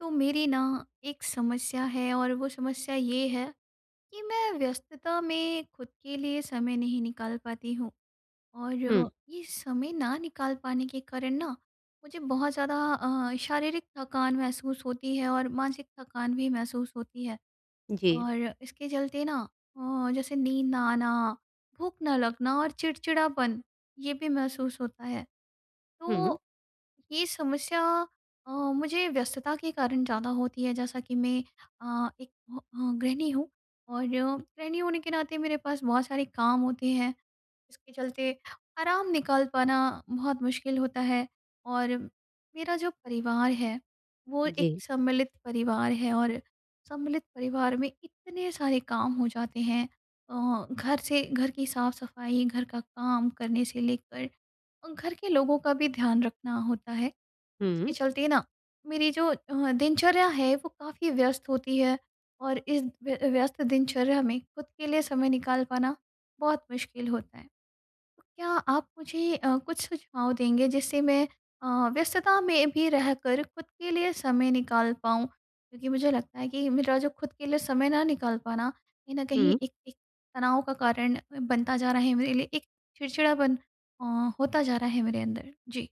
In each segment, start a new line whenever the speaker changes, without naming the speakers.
तो मेरी ना एक समस्या है और वो समस्या ये है कि मैं व्यस्तता में खुद के लिए समय नहीं निकाल पाती हूँ। और
हुँ,
ये समय ना निकाल पाने के कारण ना मुझे बहुत ज़्यादा शारीरिक थकान महसूस होती है और मानसिक थकान भी महसूस होती है।
जी।
और इसके चलते ना जैसे नींद ना आना, भूख ना लगना और चिड़चिड़ापन ये भी महसूस होता है।
हुँ,
तो ये समस्या मुझे व्यस्तता के कारण ज़्यादा होती है, जैसा कि मैं एक गृहिणी हूँ और गृहिणी होने के नाते मेरे पास बहुत सारे काम होते हैं। इसके चलते आराम निकाल पाना बहुत मुश्किल होता है। और मेरा जो परिवार है, वो एक
जी।
सम्मिलित परिवार है और सम्मिलित परिवार में इतने सारे काम हो जाते हैं। घर से घर की साफ-सफाई, घर का काम करने से लेकर घर के लोगों का भी ध्यान रखना होता है। इसके
हुँ,
चलते ना मेरी जो दिनचर्या है वो काफ़ी व्यस्त होती है। और इस व्यस्त दिनचर्या में खुद के लिए समय निकाल पाना बहुत मुश्किल होता है। तो क्या आप मुझे कुछ सुझाव देंगे जिससे मैं अ, व्यस्तता में भी रहकर खुद के लिए समय निकाल पाऊँ? क्योंकि मुझे लगता है कि मेरा जो खुद के लिए समय ना निकाल पाना कहीं ना कहीं
हुँ।
एक एक तनाव का कारण बनता जा रहा है मेरे लिए। एक चिड़चिड़ापन अ, होता जा रहा है मेरे अंदर जी।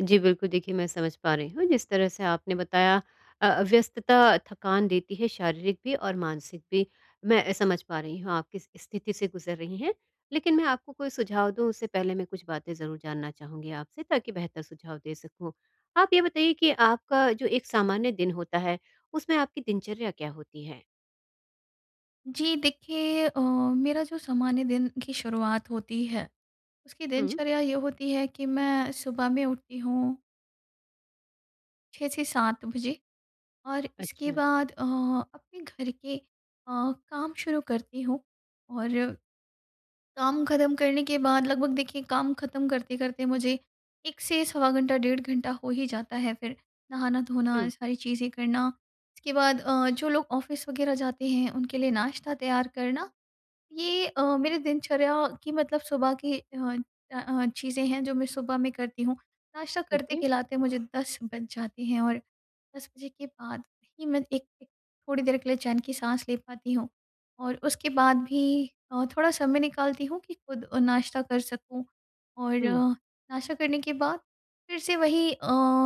जी, बिल्कुल देखिए मैं समझ पा रही हूँ जिस तरह से आपने बताया व्यस्तता थकान देती है शारीरिक भी और मानसिक भी। मैं समझ पा रही हूँ आप किस स्थिति से गुज़र रही हैं। लेकिन मैं आपको कोई सुझाव दूँ उससे पहले मैं कुछ बातें ज़रूर जानना चाहूँगी आपसे ताकि बेहतर सुझाव दे सकूँ। आप ये बताइए कि आपका जो एक सामान्य दिन होता है उसमें आपकी दिनचर्या क्या होती है?
जी, देखिए मेरा जो सामान्य दिन की शुरुआत होती है उसकी
हुँ,
दिनचर्या ये होती है कि मैं सुबह में उठती हूँ 6 से 7 बजे। और इसके
अच्छा।
बाद अपने घर के काम शुरू करती हूँ। और काम ख़त्म करने के बाद, लगभग देखिए काम ख़त्म करते करते मुझे एक से सवा घंटा डेढ़ घंटा हो ही जाता है। फिर नहाना धोना ये
हुँ,
सारी चीज़ें करना, इसके बाद जो लोग ऑफिस वगैरह जाते हैं उनके लिए नाश्ता तैयार करना, ये मेरे दिनचर्या की मतलब सुबह की चीज़ें हैं जो मैं सुबह में करती हूँ। नाश्ता
ठीक है।
करते-खिलाते मुझे 10 बज जाते हैं और 10 बजे के बाद ही मैं एक एक थोड़ी देर के लिए चैन की साँस ले पाती हूँ। और उसके बाद भी थोड़ा समय निकालती हूँ कि खुद नाश्ता कर सकूँ। और
हुँ,
नाश्ता करने के बाद फिर से वही,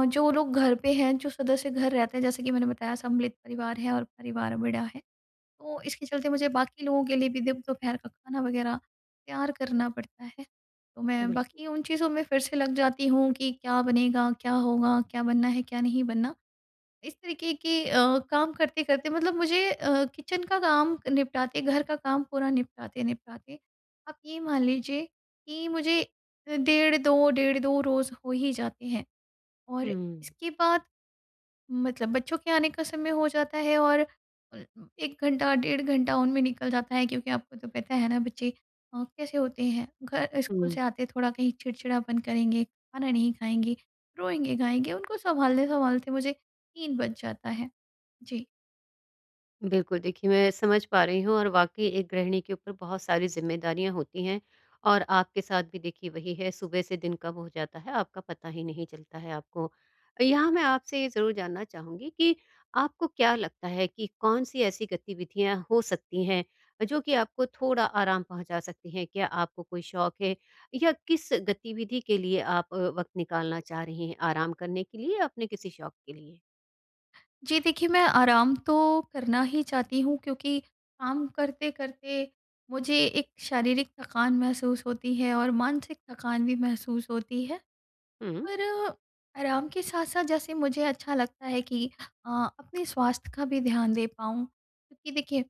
जो लोग घर पे हैं, जो सदस्य घर रहते हैं, जैसे कि मैंने बताया सम्मिलित परिवार है और परिवार बड़ा है। तो इसके चलते मुझे बाकी लोगों के लिए भी दि दोपहर का खाना वगैरह तैयार करना पड़ता है। तो मैं
बिल्कुल।
बाकी उन चीज़ों में फिर से लग जाती हूँ कि क्या बनेगा, क्या होगा, क्या बनना है, क्या नहीं बनना। इस तरीके के काम करते-करते, मतलब मुझे किचन का काम निपटाते, घर का काम पूरा निपटाते-निपटाते, आप ये मान लीजिए कि मुझे डेढ़ 2 डेढ़ 2 रोज़ हो ही जाते हैं। और
हुँ,
इसके बाद मतलब बच्चों के आने का समय हो जाता है और अ, 1 घंटा, डेढ़ घंटा उनमें निकल जाता है, क्योंकि आपको तो पता है ना बच्चे कैसे होते हैं। घर स्कूल
हुँ।
से आते थोड़ा कहीं चिड़चिड़ापन करेंगे, खाना नहीं खाएँगे, रोएँगे-गाएँगे, उनको सँभालते-सँभालते मुझे 3 बज जाता है। जी।
बिल्कुल, देखिए मैं समझ पा रही हूँ और वाक़ई एक गृहिणी के ऊपर बहुत सारी ज़िम्मेदारियाँ होती हैं और आपके साथ भी देखिए वही है, सुबह से दिन कब हो जाता है आपका पता ही नहीं चलता है आपको। यहाँ मैं आपसे ये ज़रूर जानना चाहूँगी कि आपको क्या लगता है कि कौन-सी ऐसी गतिविधियाँ हो सकती हैं, जो कि आपको थोड़ा आराम पहुँचा सकती हैं? क्या आपको कोई शौक है या किस गतिविधि के लिए आप वक़्त निकालना चाह रही हैं? आराम करने के लिए या अपने किसी शौक के लिए?
जी, देखिए मैं आराम तो करना ही चाहती हूँ, क्योंकि काम करते-करते मुझे एक शारीरिक थकान महसूस होती है और मानसिक थकान भी महसूस होती है।
हुँ।
पर आराम के साथ साथ जैसे मुझे अच्छा लगता है कि अ, अपने स्वास्थ्य का भी ध्यान दे पाऊँ, क्योंकि देखिए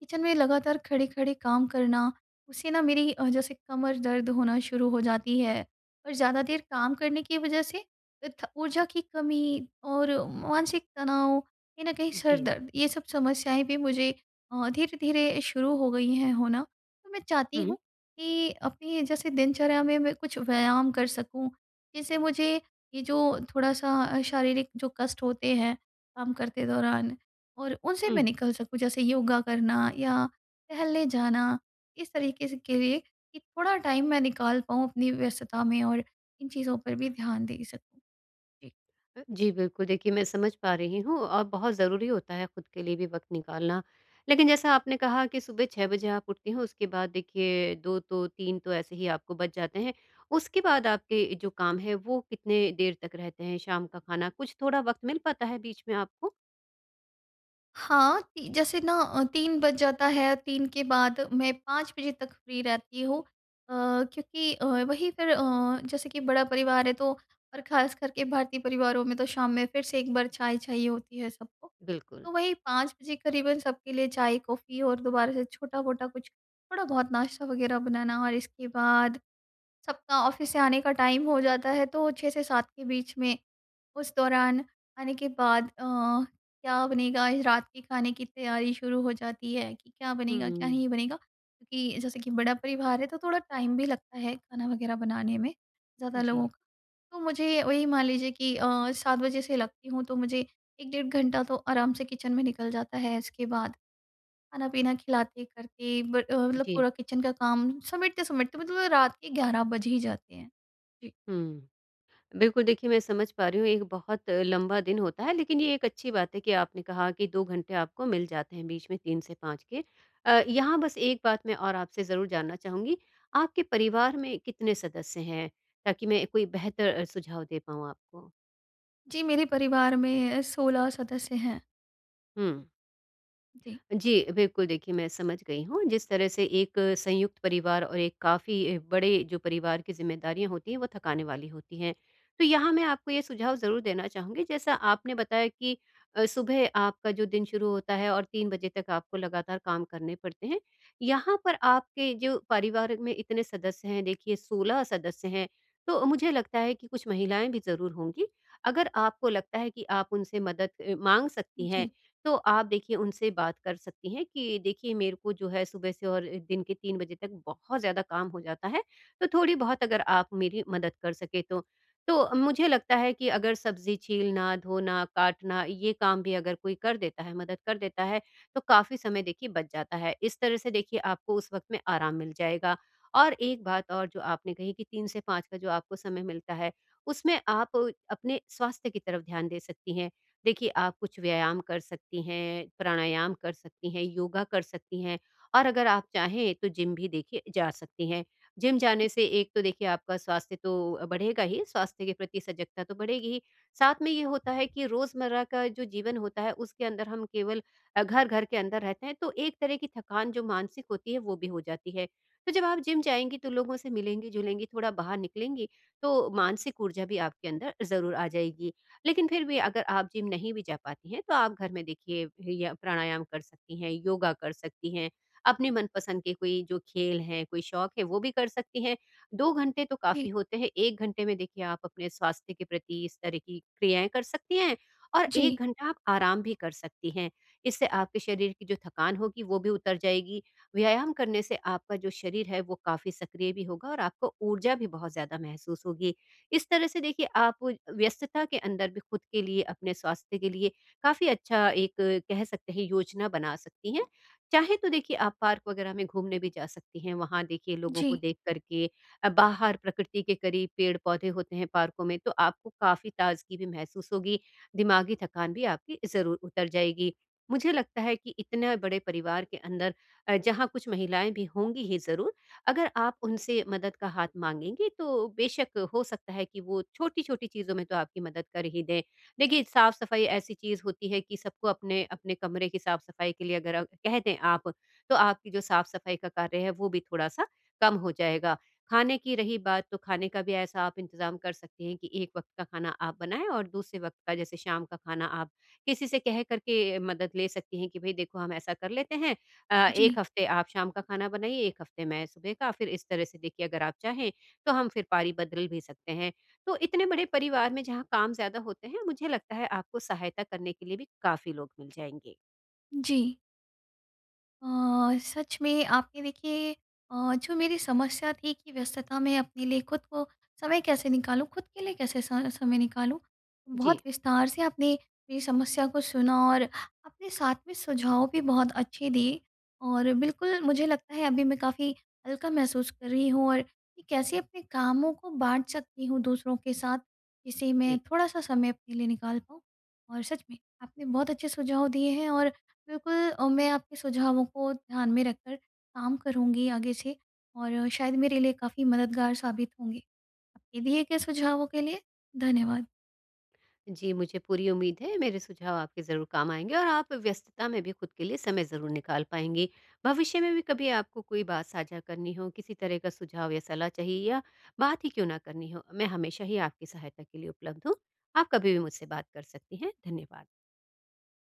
किचन में लगातार खड़े-खड़े काम करना, उससे ना मेरी जैसे कमर दर्द होना शुरू हो जाती है और ज़्यादा देर काम करने की वजह से थ ऊर्जा की कमी और मानसिक तनाव, कहीं न कहीं सर
जी।
दर्द, ये सब समस्याएँ भी मुझे धीरे-धीरे शुरू हो गई हैं होना। तो मैं चाहती
हुँ,
हूँ कि अपनी जैसे दिनचर्या में मैं कुछ व्यायाम कर सकूँ, जिससे मुझे ये जो थोड़ा-सा शारीरिक जो कष्ट होते हैं काम करते दौरान, और उनसे मैं
हुँ।
निकल सकूँ, जैसे योगा करना या टहलने जाना, इस तरीके से के लिए कि थोड़ा टाइम मैं निकाल पाऊँ अपनी व्यस्तता में और इन चीज़ों पर भी ध्यान दे सकूँ।
जी, बिल्कुल, देखिए मैं समझ पा रही हूँ और बहुत ज़रूरी होता है खुद के लिए भी वक़्त निकालना। लेकिन जैसा आपने कहा कि सुबह 6 बजे आप उठती हैं, उसके बाद देखिए 2 तो 3 तो ऐसे ही आपको बच जाते हैं। उसके बाद आपके जो काम है वो कितने देर तक रहते हैं? शाम का खाना, कुछ थोड़ा वक़्त मिल पाता है बीच में आपको?
हाँ, ती जैसे ना 3 बज जाता है, 3 के बाद मैं 5 बजे तक फ्री रहती हूँ। क्योंकि वही फिर जैसे कि बड़ा परिवार है, तो और ख़ास करके भारतीय परिवारों में तो शाम में फिर से एक बार चाय चाहिए होती है सबको।
बिल्कुल।
तो वही 5 बजे करीबन सबके लिए चाय, कॉफ़ी और दोबारा से छोटा-मोटा कुछ थोड़ा-बहुत नाश्ता वग़ैरह बनाना, और इसके बाद सबका ऑफिस से आने का टाइम हो जाता है, तो 6 से 7 के बीच में उस दौरान आने के बाद क्या बनेगा, इस रात के खाने की तैयारी शुरू हो जाती है कि क्या बनेगा क्या
हुँ,
नहीं बनेगा, क्योंकि जैसे कि बड़ा परिवार है तो थोड़ा टाइम भी लगता है खाना वगैरह बनाने में ज़्यादा लोगों
जी,
का। तो मुझे वही मान लीजिए कि 7 बजे से लगती हूँ तो मुझे 1 डेढ़ घंटा तो आराम से किचन में निकल जाता है। इसके बाद खाना-पीना खिलाते करते मतलब
जी,
पूरा किचन का काम समेटते-समेटते मतलब रात के 11 बज ही जाते हैं। जी।
हुँ। बिल्कुल, देखिए मैं समझ पा रही हूँ एक बहुत लंबा दिन होता है, लेकिन ये एक अच्छी बात है कि आपने कहा कि 2 घंटे आपको मिल जाते हैं बीच में 3 से 5 के। यहाँ बस एक बात मैं और आपसे ज़रूर जानना चाहूँगी, आपके परिवार में कितने सदस्य हैं? ताकि मैं कोई बेहतर सुझाव दे पाऊँ आपको?
जी, मेरे परिवार में 16 सदस्य हैं।
हुँ।
जी।
जी, बिल्कुल देखिए मैं समझ गई हूँ, जिस तरह से एक संयुक्त परिवार और एक काफ़ी बड़े जो परिवार की ज़िम्मेदारियाँ होती हैं, वो थकाने वाली होती हैं। तो यहाँ मैं आपको ये सुझाव ज़रूर देना चाहूँगी जैसा आपने बताया कि सुबह आपका जो दिन शुरू होता है और 3 बजे तक आपको लगातार काम करने पड़ते हैं। यहाँ पर आपके जो परिवार में इतने सदस्य हैं, देखिए 16 सदस्य हैं, तो मुझे लगता है कि कुछ महिलाएँ भी ज़रूर होंगी। अगर आपको लगता है कि आप उनसे मदद माँग सकती हैं
जी।
तो आप देखिए उनसे बात कर सकती हैं कि देखिए मेरे को जो है सुबह से और दिन के 3 बजे तक बहुत ज़्यादा काम हो जाता है, तो थोड़ी बहुत अगर आप मेरी मदद कर सकें तो। तो मुझे लगता है कि अगर सब्ज़ी छीलना, धोना, काटना ये काम भी अगर कोई कर देता है, मदद कर देता है, तो काफ़ी समय देखिए बच जाता है। इस तरह से देखिए आपको उस वक़्त में आराम मिल जाएगा। और एक बात और जो आपने कही कि 3 से 5 का जो आपको समय मिलता है, उसमें आप अपने स्वास्थ्य की तरफ ध्यान दे सकती हैं। देखिए, आप कुछ व्यायाम कर सकती हैं, प्राणायाम कर सकती हैं, योगा कर सकती हैं और अगर आप चाहें तो जिम भी देखिए जा सकती हैं। जिम जाने से एक तो देखिए आपका स्वास्थ्य तो बढ़ेगा ही, स्वास्थ्य के प्रति सजगता तो बढ़ेगी ही, साथ में ये होता है कि रोज़मर्रा का जो जीवन होता है उसके अंदर हम केवल घर-घर के अंदर रहते हैं, तो एक तरह की थकान जो मानसिक होती है वो भी हो जाती है। तो जब आप जिम जाएँगी तो लोगों से मिलेंगी-जुलेंगी, थोड़ा बाहर निकलेंगी, तो मानसिक ऊर्जा भी आपके अंदर ज़रूर आ जाएगी। लेकिन फिर भी अगर आप जिम नहीं भी जा पाती हैं तो आप घर में देखिए या प्राणायाम कर सकती हैं, योगा कर सकती हैं, अपने मनपसंद के कोई जो खेल हैं, कोई शौक है वो भी कर सकती हैं। 2 घंटे तो
जी।
काफ़ी होते हैं, 1 घंटे में देखिए आप अपने स्वास्थ्य के प्रति इस तरह की क्रियाएँ कर सकती हैं और
जी।
1 घंटा आप आराम भी कर सकती हैं। इससे आपके शरीर की जो थकान होगी वो भी उतर जाएगी। व्यायाम करने से आपका जो शरीर है वो काफ़ी सक्रिय भी होगा और आपको ऊर्जा भी बहुत ज़्यादा महसूस होगी। इस तरह से देखिए आप व्यस्तता के अंदर भी खुद के लिए, अपने स्वास्थ्य के लिए काफ़ी अच्छा एक कह सकते हैं योजना बना सकती हैं। चाहे तो देखिए आप पार्क वगैरह में घूमने भी जा सकती हैं, वहाँ देखिए लोगों को
जी।
देख कर के बाहर प्रकृति के करीब पेड़-पौधे होते हैं पार्कों में, तो आपको काफ़ी ताज़गी भी महसूस होगी, दिमागी थकान भी आपकी ज़रूर उतर जाएगी। मुझे लगता है कि इतने बड़े परिवार के अंदर जहाँ कुछ महिलाएँ भी होंगी ही ज़रूर, अगर आप उनसे मदद का हाथ माँगेंगी, तो बेशक हो सकता है कि वो छोटी-छोटी चीज़ों में तो आपकी मदद कर ही दें। देखिए, साफ़-सफ़ाई ऐसी चीज़ होती है कि सबको अपने-अपने कमरे की साफ़-सफ़ाई के लिए अगर कह दें आप, तो आपकी जो साफ़-सफ़ाई का कार्य है, वो भी थोड़ा-सा कम हो जाएगा। खाने की रही बात, तो खाने का भी ऐसा आप इंतज़ाम कर सकती हैं कि एक वक़्त का खाना आप बनाएँ और दूसरे वक़्त का, जैसे शाम का खाना आप किसी से कह कर के मदद ले सकती हैं कि, "भई देखो, हम ऐसा कर लेते हैं
जी।
1 हफ्ते आप शाम का खाना बनाइए, 1 हफ्ते मैं सुबह का, फिर इस तरह से देखिए अगर आप चाहें, तो हम फिर पारी बदल भी सकते हैं। तो इतने बड़े परिवार में जहाँ काम ज़्यादा होते हैं, मुझे लगता है आपको सहायता करने के लिए भी काफ़ी लोग मिल जाएँगे।
जी। अ, सच में आपने देखिए जो मेरी समस्या थी कि व्यस्तता में अपने लिए खुद को समय कैसे निकालूं, खुद के लिए कैसे समय निकालूं,
जी,
बहुत विस्तार से आपने मेरी समस्या को सुना और आपने साथ में सुझाव भी बहुत अच्छे दिए। और बिल्कुल मुझे लगता है अभी मैं काफ़ी हल्का महसूस कर रही हूँ, और कि कैसे अपने कामों को बांट सकती हूँ दूसरों के साथ जिससे मैं
जी।
थोड़ा सा समय अपने लिए निकाल पाऊँ। और सच में आपने बहुत अच्छे सुझाव दिए हैं और बिल्कुल मैं आपके सुझावों को ध्यान में रखकर काम करूँगी आगे से, और शायद मेरे लिए काफ़ी मददगार साबित होंगे। आपके दिए गए सुझावों के लिए धन्यवाद।
जी, मुझे पूरी उम्मीद है मेरे सुझाव आपके ज़रूर काम आएँगे और आप व्यस्तता में भी खुद के लिए समय ज़रूर निकाल पाएँगी। भविष्य में भी कभी आपको कोई बात साझा करनी हो, किसी तरह का सुझाव या सलाह चाहिए या बात ही क्यों ना करनी हो, मैं हमेशा ही आपकी सहायता के लिए उपलब्ध हूँ। आप कभी भी मुझसे बात कर सकती हैं। धन्यवाद।